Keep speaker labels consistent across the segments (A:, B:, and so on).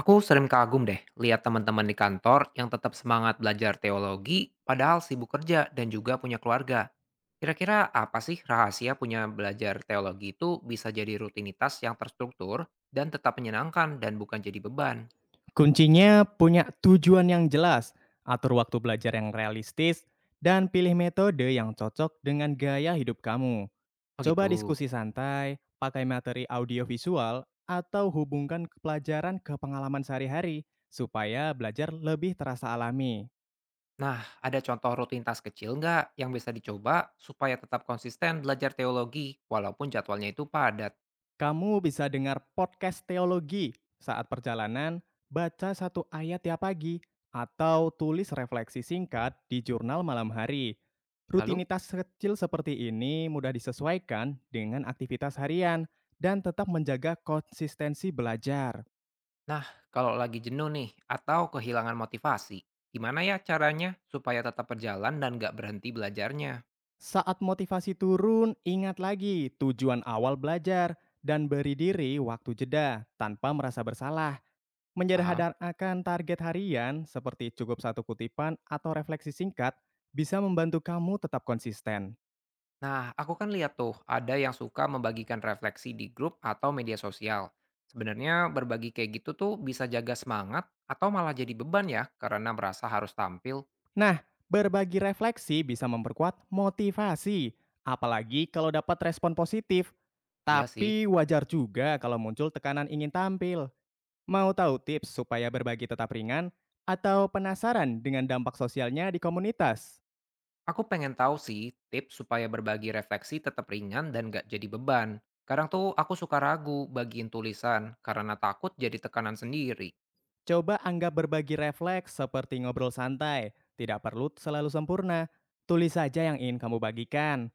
A: Aku sering kagum deh lihat teman-teman di kantor yang tetap semangat belajar teologi padahal sibuk kerja dan juga punya keluarga. Kira-kira apa sih rahasia punya belajar teologi itu bisa jadi rutinitas yang terstruktur dan tetap menyenangkan dan bukan jadi beban?
B: Kuncinya punya tujuan yang jelas, atur waktu belajar yang realistis, dan pilih metode yang cocok dengan gaya hidup kamu.
A: Oh
B: Coba
A: gitu.
B: diskusi santai, pakai materi audiovisual, atau hubungkan pelajaran ke pengalaman sehari-hari supaya belajar lebih terasa alami.
A: Nah, ada contoh rutinitas kecil nggak yang bisa dicoba supaya tetap konsisten belajar teologi walaupun jadwalnya itu padat?
B: Kamu bisa dengar podcast teologi saat perjalanan, baca satu ayat tiap pagi, atau tulis refleksi singkat di jurnal malam hari.
A: Lalu?
B: Rutinitas kecil seperti ini mudah disesuaikan dengan aktivitas harian dan tetap menjaga konsistensi belajar.
A: Nah, kalau lagi jenuh nih atau kehilangan motivasi, gimana ya caranya supaya tetap berjalan dan nggak berhenti belajarnya?
B: Saat motivasi turun, ingat lagi tujuan awal belajar dan beri diri waktu jeda tanpa merasa bersalah.
A: Paham?
B: Menyederhanakan target harian seperti cukup satu kutipan atau refleksi singkat bisa membantu kamu tetap konsisten.
A: Nah, aku kan lihat tuh ada yang suka membagikan refleksi di grup atau media sosial. Sebenarnya berbagi kayak gitu tuh bisa jaga semangat atau malah jadi beban ya karena merasa harus tampil.
B: Nah, berbagi refleksi bisa memperkuat motivasi, apalagi kalau dapat respon positif.
A: Iya sih.
B: Tapi wajar juga kalau muncul tekanan ingin tampil. Mau tahu tips supaya berbagi tetap ringan atau penasaran dengan dampak sosialnya di komunitas?
A: Aku pengen tahu sih tips supaya berbagi refleksi tetap ringan dan nggak jadi beban. Kadang tuh aku suka ragu bagiin tulisan karena takut jadi tekanan sendiri.
B: Coba anggap berbagi refleks seperti ngobrol santai, tidak perlu selalu sempurna. Tulis saja yang ingin kamu bagikan.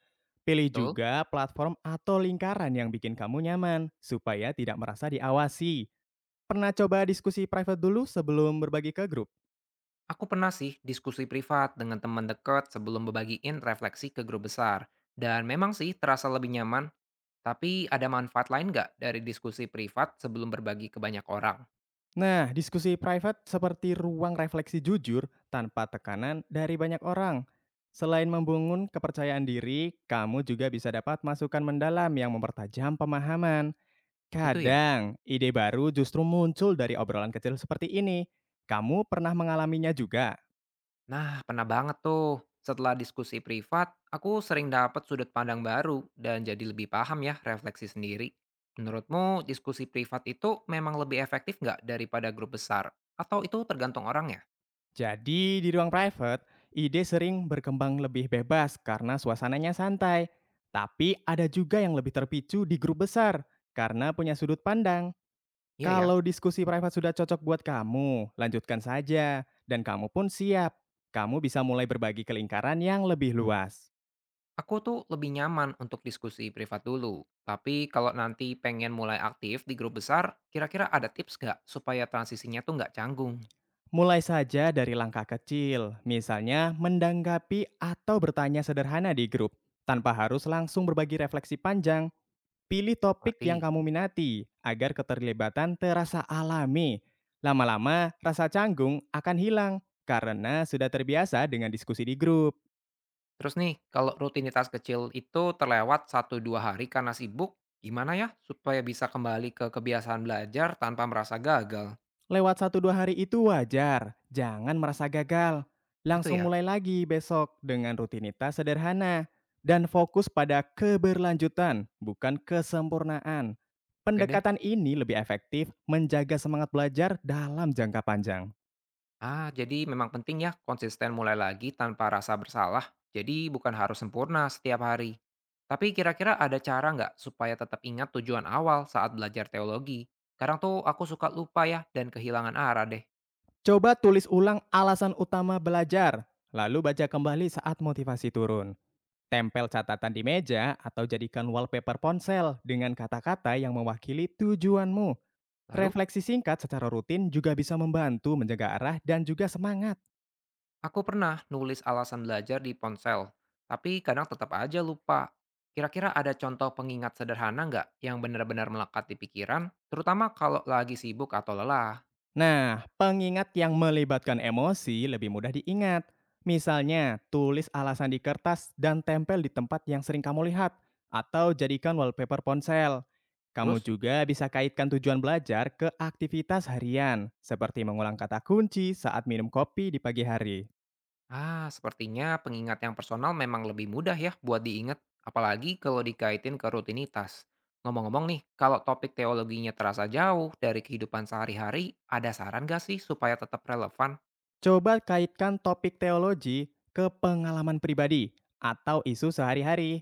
B: Pilih
A: Betul?
B: juga platform atau lingkaran yang bikin kamu nyaman, supaya tidak merasa diawasi. Pernah coba diskusi private dulu sebelum berbagi ke grup?
A: Aku pernah sih diskusi privat dengan teman dekat sebelum membagiin refleksi ke grup besar. Dan memang sih terasa lebih nyaman, tapi ada manfaat lain nggak dari diskusi privat sebelum berbagi ke banyak orang?
B: Nah, diskusi private seperti ruang refleksi jujur tanpa tekanan dari banyak orang. Selain membangun kepercayaan diri, kamu juga bisa dapat masukan mendalam yang mempertajam pemahaman.
A: Itu ya?
B: Kadang, ide baru justru muncul dari obrolan kecil seperti ini. Kamu pernah mengalaminya juga.
A: Nah, pernah banget tuh. Setelah diskusi privat, aku sering dapat sudut pandang baru dan jadi lebih paham ya refleksi sendiri. Menurutmu diskusi privat itu memang lebih efektif nggak daripada grup besar? Atau itu tergantung orangnya?
B: Jadi, di ruang private, ide sering berkembang lebih bebas karena suasananya santai. Tapi ada juga yang lebih terpicu di grup besar karena punya sudut pandang.
A: Iya ya?
B: Kalau diskusi private sudah cocok buat kamu, lanjutkan saja. Dan kamu pun siap. Kamu bisa mulai berbagi ke lingkaran yang lebih luas.
A: Aku tuh lebih nyaman untuk diskusi privat dulu. Tapi kalau nanti pengen mulai aktif di grup besar, kira-kira ada tips nggak supaya transisinya tuh nggak canggung?
B: Mulai saja dari langkah kecil, misalnya mendanggapi atau bertanya sederhana di grup, tanpa harus langsung berbagi refleksi panjang. Pilih topik yang
A: Ngerti?
B: kamu minati agar keterlibatan terasa alami. Lama-lama, rasa canggung akan hilang karena sudah terbiasa dengan diskusi di grup.
A: Terus nih, kalau rutinitas kecil itu terlewat satu dua hari karena sibuk, gimana ya supaya bisa kembali ke kebiasaan belajar tanpa merasa gagal?
B: Lewat satu 2 hari itu wajar, jangan merasa gagal.
A: Itu
B: Langsung
A: ya?
B: mulai lagi besok dengan rutinitas sederhana dan fokus pada keberlanjutan, bukan kesempurnaan.
A: Oke deh.
B: Pendekatan ini lebih efektif menjaga semangat belajar dalam jangka panjang.
A: Ah, jadi memang penting ya konsisten mulai lagi tanpa rasa bersalah. Jadi bukan harus sempurna setiap hari. Tapi kira-kira ada cara nggak supaya tetap ingat tujuan awal saat belajar teologi? Kadang tuh aku suka lupa ya dan kehilangan arah deh.
B: Coba tulis ulang alasan utama belajar, lalu baca kembali saat motivasi turun. Tempel catatan di meja atau jadikan wallpaper ponsel dengan kata-kata yang mewakili tujuanmu.
A: Lalu,
B: Refleksi singkat secara rutin juga bisa membantu menjaga arah dan juga semangat.
A: aku pernah nulis alasan belajar di ponsel, tapi kadang tetap aja lupa. Kira-kira ada contoh pengingat sederhana nggak yang benar-benar melekat di pikiran, terutama kalau lagi sibuk atau lelah?
B: Nah, pengingat yang melibatkan emosi lebih mudah diingat. Misalnya, tulis alasan di kertas dan tempel di tempat yang sering kamu lihat, atau jadikan wallpaper ponsel. Kamu
A: Terus?
B: juga bisa kaitkan tujuan belajar ke aktivitas harian, seperti mengulang kata kunci saat minum kopi di pagi hari.
A: Ah, sepertinya pengingat yang personal memang lebih mudah ya buat diingat, apalagi kalau dikaitin ke rutinitas. Ngomong-ngomong nih, kalau topik teologinya terasa jauh dari kehidupan sehari-hari, ada saran gak sih supaya tetap relevan?
B: Coba kaitkan topik teologi ke pengalaman pribadi atau isu sehari-hari.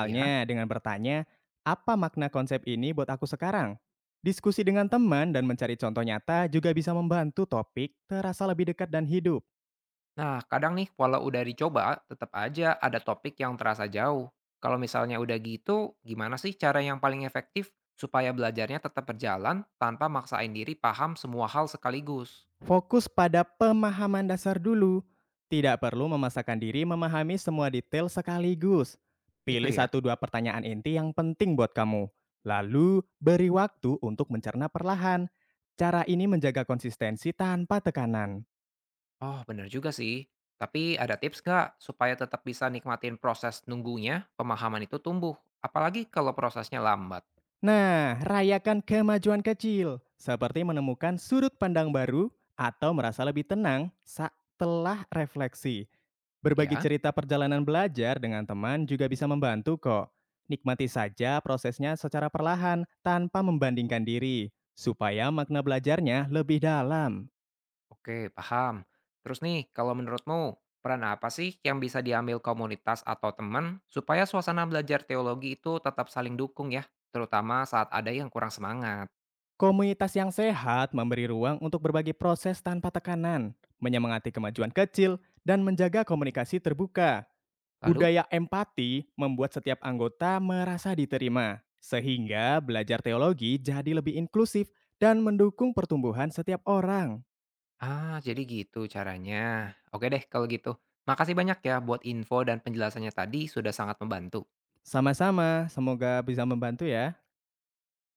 A: Ya.
B: dengan bertanya, apa makna konsep ini buat aku sekarang? Diskusi dengan teman dan mencari contoh nyata juga bisa membantu topik terasa lebih dekat dan hidup.
A: Nah, kadang nih walau udah dicoba, tetap aja ada topik yang terasa jauh. Kalau misalnya udah gitu, gimana sih cara yang paling efektif supaya belajarnya tetap berjalan tanpa maksain diri paham semua hal sekaligus?
B: Fokus pada pemahaman dasar dulu. Tidak perlu memaksakan diri memahami semua detail sekaligus.
A: Itu
B: Pilih
A: ya.
B: satu dua pertanyaan inti yang penting buat kamu. Lalu beri waktu untuk mencerna perlahan. Cara ini menjaga konsistensi tanpa tekanan.
A: Oh, bener juga sih. Tapi ada tips nggak supaya tetap bisa nikmatin proses nunggunya, pemahaman itu tumbuh? Apalagi kalau prosesnya lambat.
B: Nah, rayakan kemajuan kecil, seperti menemukan sudut pandang baru atau merasa lebih tenang setelah refleksi. Berbagi
A: Ya,
B: cerita perjalanan belajar dengan teman juga bisa membantu kok. Nikmati saja prosesnya secara perlahan tanpa membandingkan diri, supaya makna belajarnya lebih dalam.
A: oke, paham. Terus nih, kalau menurutmu, peran apa sih yang bisa diambil komunitas atau teman supaya suasana belajar teologi itu tetap saling dukung ya, terutama saat ada yang kurang semangat?
B: Komunitas yang sehat memberi ruang untuk berbagi proses tanpa tekanan, menyemangati kemajuan kecil, dan menjaga komunikasi terbuka.
A: Lalu?
B: Budaya empati membuat setiap anggota merasa diterima, sehingga belajar teologi jadi lebih inklusif dan mendukung pertumbuhan setiap orang.
A: Ah, jadi gitu caranya. Oke deh kalau gitu. Makasih banyak ya buat info dan penjelasannya tadi sudah sangat membantu.
B: Sama-sama, semoga bisa membantu ya.